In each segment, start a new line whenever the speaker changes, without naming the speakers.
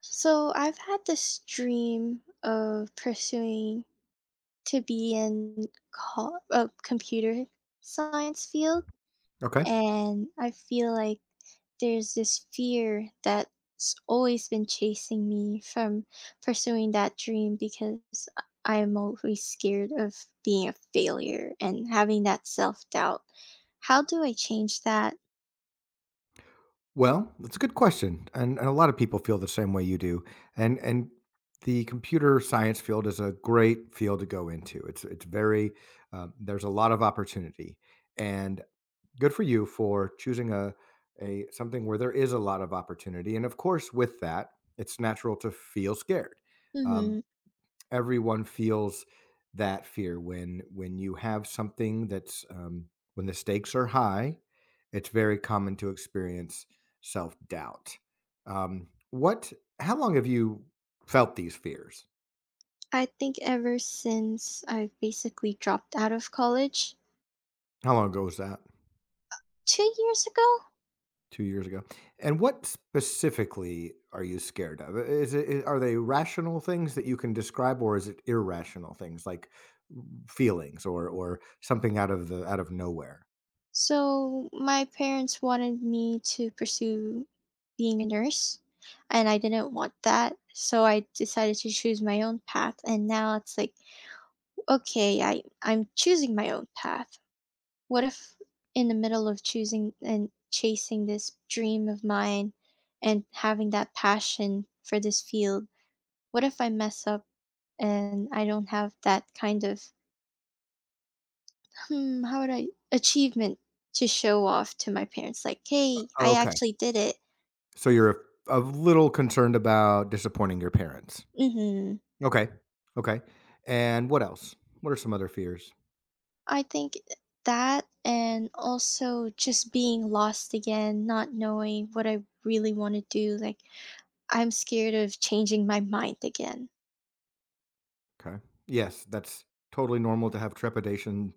So I've had this dream of pursuing to be in computer science field,
Okay.
and I feel like there's this fear that's always been chasing me from pursuing that dream because I'm always scared of being a failure and having that self doubt. How do I change that?
Well, that's a good question, and a lot of people feel the same way you do. And the computer science field is a great field to go into. It's very there's a lot of opportunity, and good for you for choosing a something where there is a lot of opportunity. And of course, with that, it's natural to feel scared. Um,
Hmm.
Everyone feels that fear when you have something that's when the stakes are high, it's very common to experience self-doubt. What how long have you felt these fears?
I think ever since I've basically dropped out of college,
How long ago was that?
2 years ago.
2 years ago. And what specifically are you scared of? Is it are they rational things that you can describe, or is it irrational things like feelings, or something out of the out of nowhere?
So my parents wanted me to pursue being a nurse, and I didn't want that. So I decided to choose my own path, and now it's like, okay, I'm choosing my own path. What if, in the middle of choosing and chasing this dream of mine and having that passion for this field, what if I mess up and I don't have that kind of. How would I achievement to show off to my parents, like, "Hey, I
Okay.
actually did it."
So you're a little concerned about disappointing your parents.
Mhm.
Okay. Okay. And what else? What are some other fears?
I think that, and also just being lost again, not knowing what I really wanna do, like, I'm scared of changing my mind again.
Okay. Yes, that's totally normal to have trepidation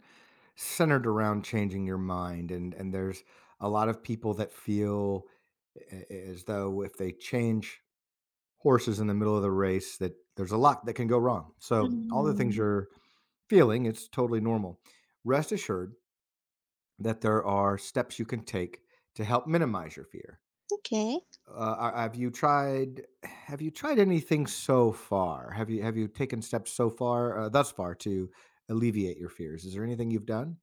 centered around changing your mind, and there's a lot of people that feel as though if they change horses in the middle of the race, that there's a lot that can go wrong. So all the things
Mhm,
you're feeling, it's totally normal. Rest assured that there are steps you can take to help minimize your fear.
okay.
Have you tried, anything so far? Have you taken steps so far, thus far, to alleviate your fears? Is there anything you've done?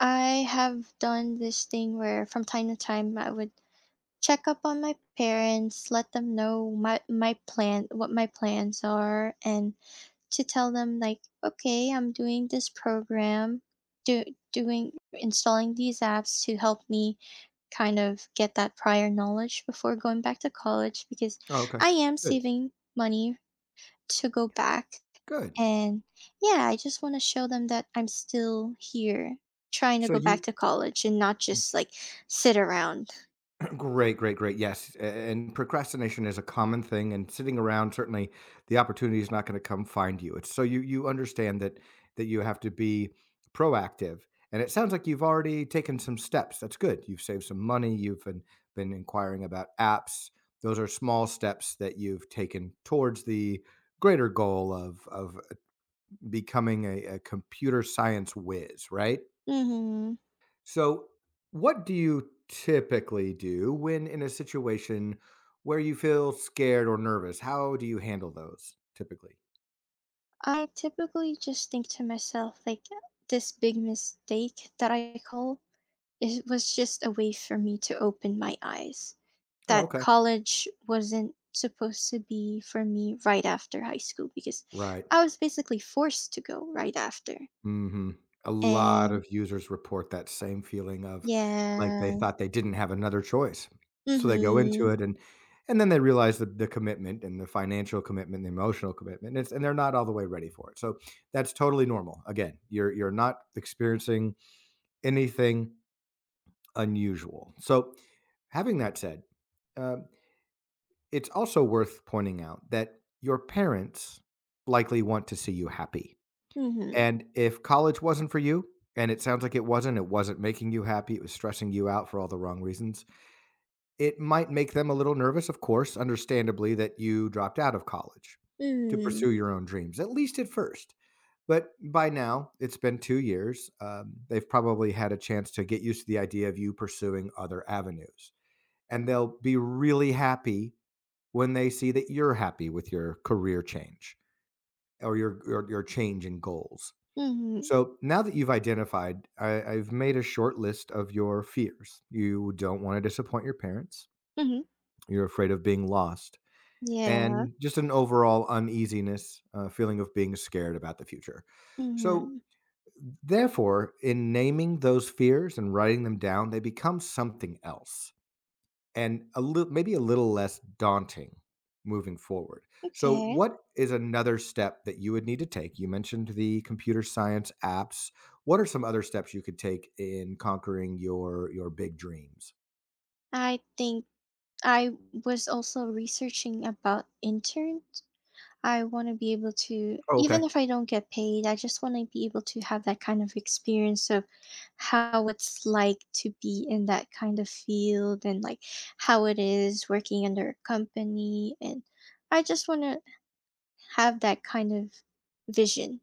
I have done this thing where, from time to time, I would check up on my parents, let them know my plan, what my plans are, and to tell them, like, okay, I'm doing this program, do, doing, installing these apps to help me kind of get that prior knowledge before going back to college, because
Oh, okay.
I am
Good.
saving money to go back,
Good.
and yeah, I just want to show them that I'm still here, trying to
So
go back
you
to college and not just like sit around.
great, great, great. Yes. And procrastination is a common thing, and sitting around, certainly the opportunity is not going to come find you. It's so you understand that you have to be proactive. And it sounds like you've already taken some steps. That's good. You've saved some money, you've been inquiring about apps. Those are small steps that you've taken towards the greater goal of becoming a computer science whiz, right?
hmm
So, what do you typically do when in a situation where you feel scared or nervous? How do you handle those typically?
I typically just think to myself, like, this big mistake that I call. It was just a way for me to open my eyes
Oh,
that
okay.
college wasn't supposed to be for me right after high school, because
Right.
I was basically forced to go right after.
Hmm. A lot
And
of users report that same feeling of like they
yeah.
thought they didn't have another choice. So they go into
Mhm.
it, and then they realize the commitment and the financial commitment, the emotional commitment, and it's, and they're not all the way ready for it. So that's totally normal. Again, you're not experiencing anything unusual. So, having that said, um, it's also worth pointing out that your parents likely want to see you happy.
Mhm.
And if college wasn't for you, and it sounds like it wasn't making you happy, it was stressing you out for all the wrong reasons, it might make them a little nervous, of course, understandably, that you dropped out of college to
Mhm.
pursue your own dreams, at least at first. But by now, it's been 2 years. They've probably had a chance to get used to the idea of you pursuing other avenues, and they'll be really happy when they see that you're happy with your career change, or your change in goals.
Mhm.
So now that you've identified, I, I've made a short list of your fears. You don't want to disappoint your parents.
Mhm.
You're afraid of being lost,
Yeah.
and just an overall uneasiness, feeling of being scared about the future. So,
Mhm.
therefore, in naming those fears and writing them down, they become something else, and a little, maybe a little less daunting moving forward. So
Okay.
what is another step that you would need to take? You mentioned the computer science apps. What are some other steps you could take in conquering your big dreams?
I think I was also researching about interns. I wanna be able to,
Oh, okay.
even if I don't get paid, I just wanna be able to have that kind of experience of how it's like to be in that kind of field and, like, how it is working under a company, and I just wanna have that kind of vision,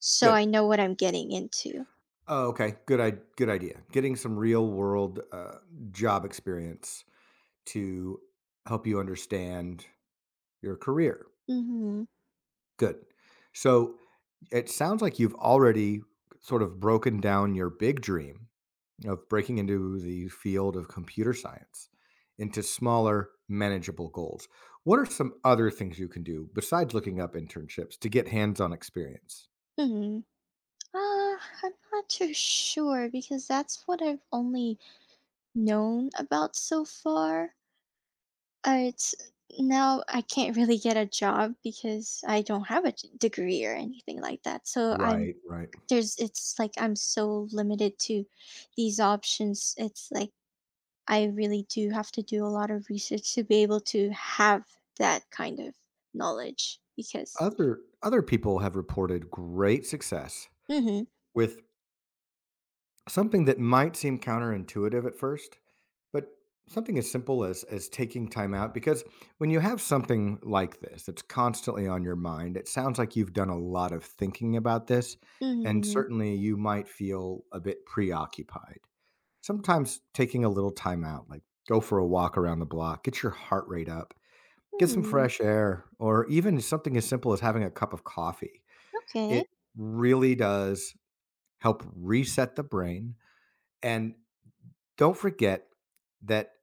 so
Good.
I know what I'm getting into.
Oh, okay. Good. I good idea. Getting some real world job experience to help you understand your career.
Mhm.
Good. So it sounds like you've already sort of broken down your big dream of breaking into the field of computer science into smaller, manageable goals. What are some other things you can do besides looking up internships to get hands-on experience?
Mhm. Uh, I'm not too sure because that's what I've only known about so far. It's Now I can't really get a job because I don't have a degree or anything like that. So I'm,
Right, right.
there's, it's like I'm so limited to these options. It's like I really do have to do a lot of research to be able to have that kind of knowledge because.
Other people have reported great success
Mhm.
with something that might seem counterintuitive at first, but something as simple as taking time out. Because when you have something like this that's constantly on your mind, it sounds like you've done a lot of thinking about this, and
Mhm.
certainly you might feel a bit preoccupied. Sometimes taking a little time out, like go for a walk around the block, get your heart rate up, get some
Mhm.
fresh air, or even something as simple as having a cup of coffee.
Okay.
It really does help reset the brain. And don't forget that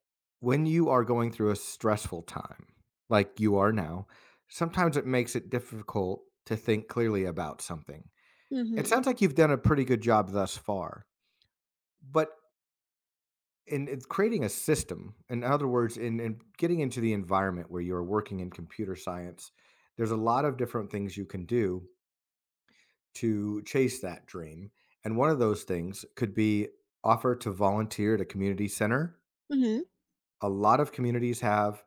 when you are going through a stressful time, like you are now, sometimes it makes it difficult to think clearly about something. It
Mhm.
sounds like you've done a pretty good job thus far, but in creating a system, in other words, in getting into the environment where you're working in computer science, there's a lot of different things you can do to chase that dream. And one of those things could be offer to volunteer at a community center.
Mhm.
A lot of communities have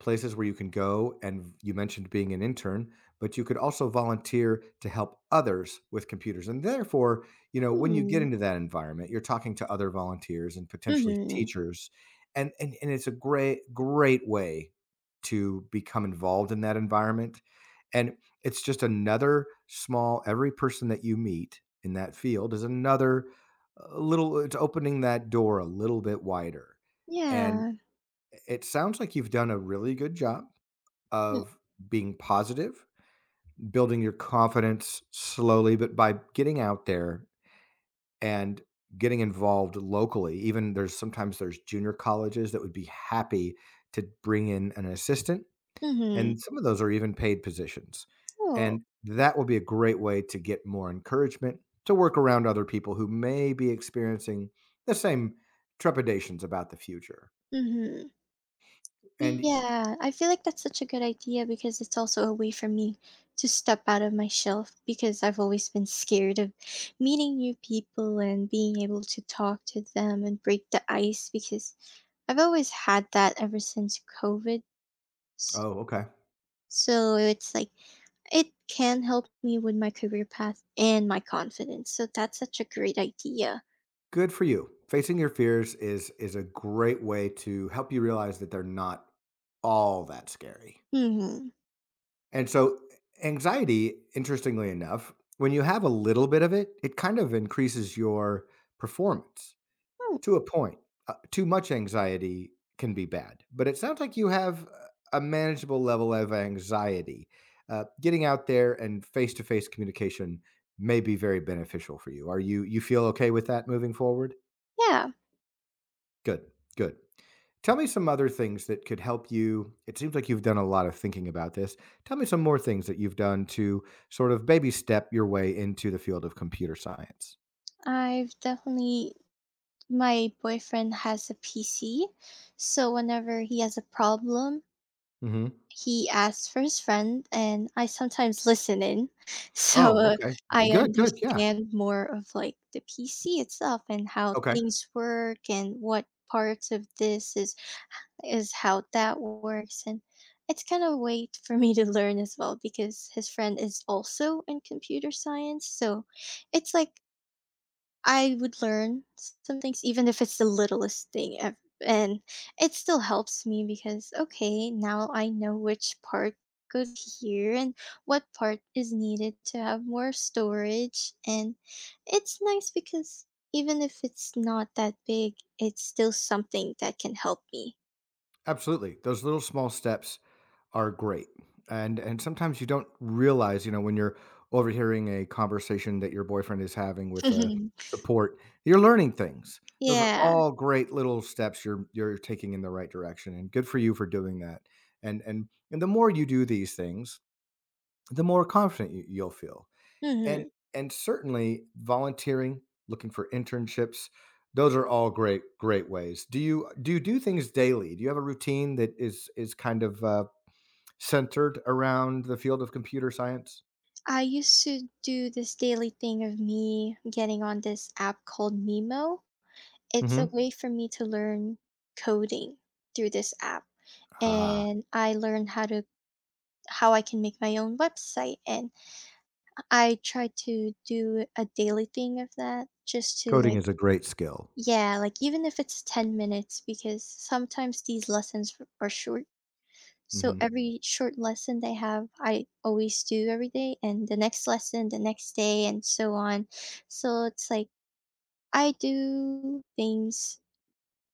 places where you can go, and you mentioned being an intern, but you could also volunteer to help others with computers. And therefore, you know, when you get
Mhm.
into that environment, you're talking to other volunteers and potentially
Mhm.
teachers. And it's a great, great way to become involved in that environment. And it's just another small, every person that you meet in that field is another little, it's opening that door a little bit wider. And
Yeah.
it sounds like you've done a really good job of being positive, building your confidence slowly, but by getting out there and getting involved locally. Even there's sometimes there's junior colleges that would be happy to bring in an assistant,
Mhm.
and some of those are even paid positions.
Oh.
And that will be a great way to get more encouragement to work around other people who may be experiencing the same trepidations about the future.
Mhm.
And
Yeah, I feel like that's such a good idea, because it's also a way for me to step out of my shelf, because I've always been scared of meeting new people and being able to talk to them and break the ice because I've always had that ever since COVID. S-
oh, okay.
So it's like it can help me with my career path and my confidence. So that's such a great idea.
Good for you. Facing your fears is a great way to help you realize that they're not all that scary.
Hmm.
And so anxiety, interestingly enough, when you have a little bit of it, it kind of increases your performance
Hmm.
to a point. Too much anxiety can be bad, but it sounds like you have a manageable level of anxiety. Getting out there and face-to-face communication may be very beneficial for you. Are you feel okay with that moving forward?
Yeah,
Good, good. Tell me some other things that could help you. It seems like you've done a lot of thinking about this. Tell me some more things that you've done to sort of baby step your way into the field of computer science.
I've definitely. My boyfriend has a PC, so whenever he has a problem,
Mhm.
he asks for his friend, and I sometimes listen in. So
Oh, okay.
I
Good, good. Yeah.
understand more of, like, the PC itself and how
Okay.
things work, and what parts of this is how that works. And it's kind of a way for me to learn as well, because his friend is also in computer science, so it's like I would learn s some things, even if it's the littlest thing. Ev And it still helps me because, okay, now I know which part goes here and what part is needed to have more storage, and it's nice because even if it's not that big, it's still something that can help me.
Absolutely. Those little small steps are great. And sometimes you don't realize, you know, when you're overhearing a conversation that your boyfriend is having with a support, you're learning things. Those are
Yeah.
all great little steps you're taking in the right direction, and good for you for doing that. And and and the more you do these things, the more confident you, you'll feel. And
Mhm.
and certainly volunteering, looking for internships, those are all great great ways. Do you do things daily? Do you have a routine that is kind of centered around the field of computer science?
I used to do this daily thing of me getting on this app called Mimo. It's a
Mhm.
way for me to learn coding through this app,
Ah,
and I learned how I can make my own website, and I try to do a daily thing of that, just to,
coding
like.
is a great skill.
Yeah, like, even if it's 10 minutes, because sometimes these lessons f are short, so
Mhm.
every short lesson they have, I always do every day, and the next lesson the next day, and so on. So it's like, I do things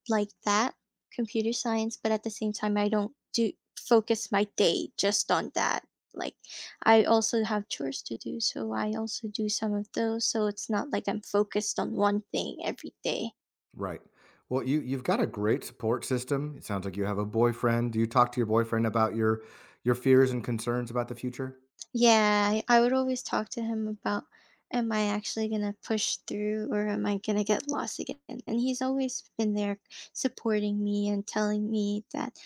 like that, computer science, but at the same time, I don't do focus my day just on that. Like, I also have chores to do, so I also do some of those. So it's not like I'm focused on one thing every day.
Right. Well, you you've got a great support system. It sounds like you have a boyfriend. Do you talk to your boyfriend about your fears and concerns about the future?
Yeah, I would always talk to him about, am I actually gonna push through, or am I gonna get lost again? And he's always been there supporting me and telling me that,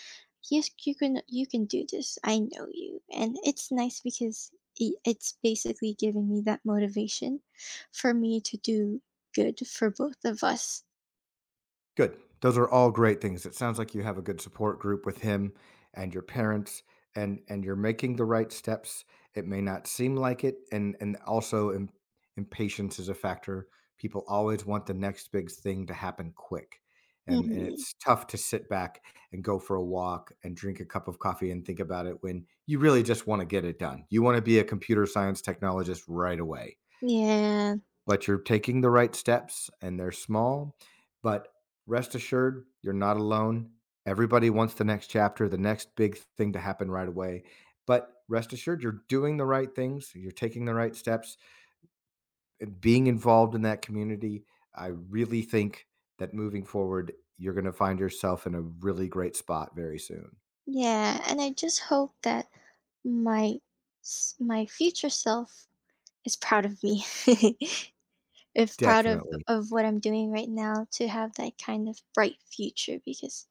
yes, you can do this. I know you. And it's nice because it's basically giving me that motivation for me to do good for both of us.
Good. Those are all great things. It sounds like you have a good support group with him and your parents, and you're making the right steps. It may not seem like it, and also impatience is a factor. People always want the next big thing to happen quick. And
Hmm.
it's tough to sit back and go for a walk and drink a cup of coffee and think about it when you really just want to get it done. You want to be a computer science technologist right away,
Yeah.
but you're taking the right steps and they're small. But rest assured, you're not alone. Everybody wants the next chapter, the next big thing to happen right away. But rest assured, you're doing the right things, you're taking the right steps, being involved in that community. I really think that moving forward, you're going to find yourself in a really great spot very soon.
Yeah, and I just hope that my my future self is proud of me. Is proud of
Definitely.
of what I'm doing right now, to have that kind of bright future, because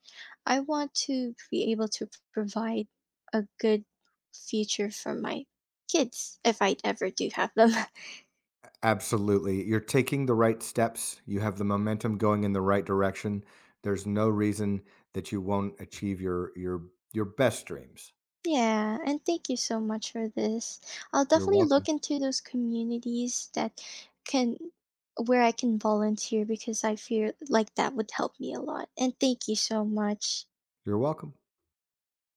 I want to be able to provide a good future for my kids if I ever do have them.
Absolutely. You're taking the right steps. You have the momentum going in the right direction. There's no reason that you won't achieve your best dreams.
Yeah, and thank you so much for this. I'll
You're
definitely
welcome.
look into those communities that can where I can volunteer, because I feel like that would help me a lot. And thank you so much.
You're welcome.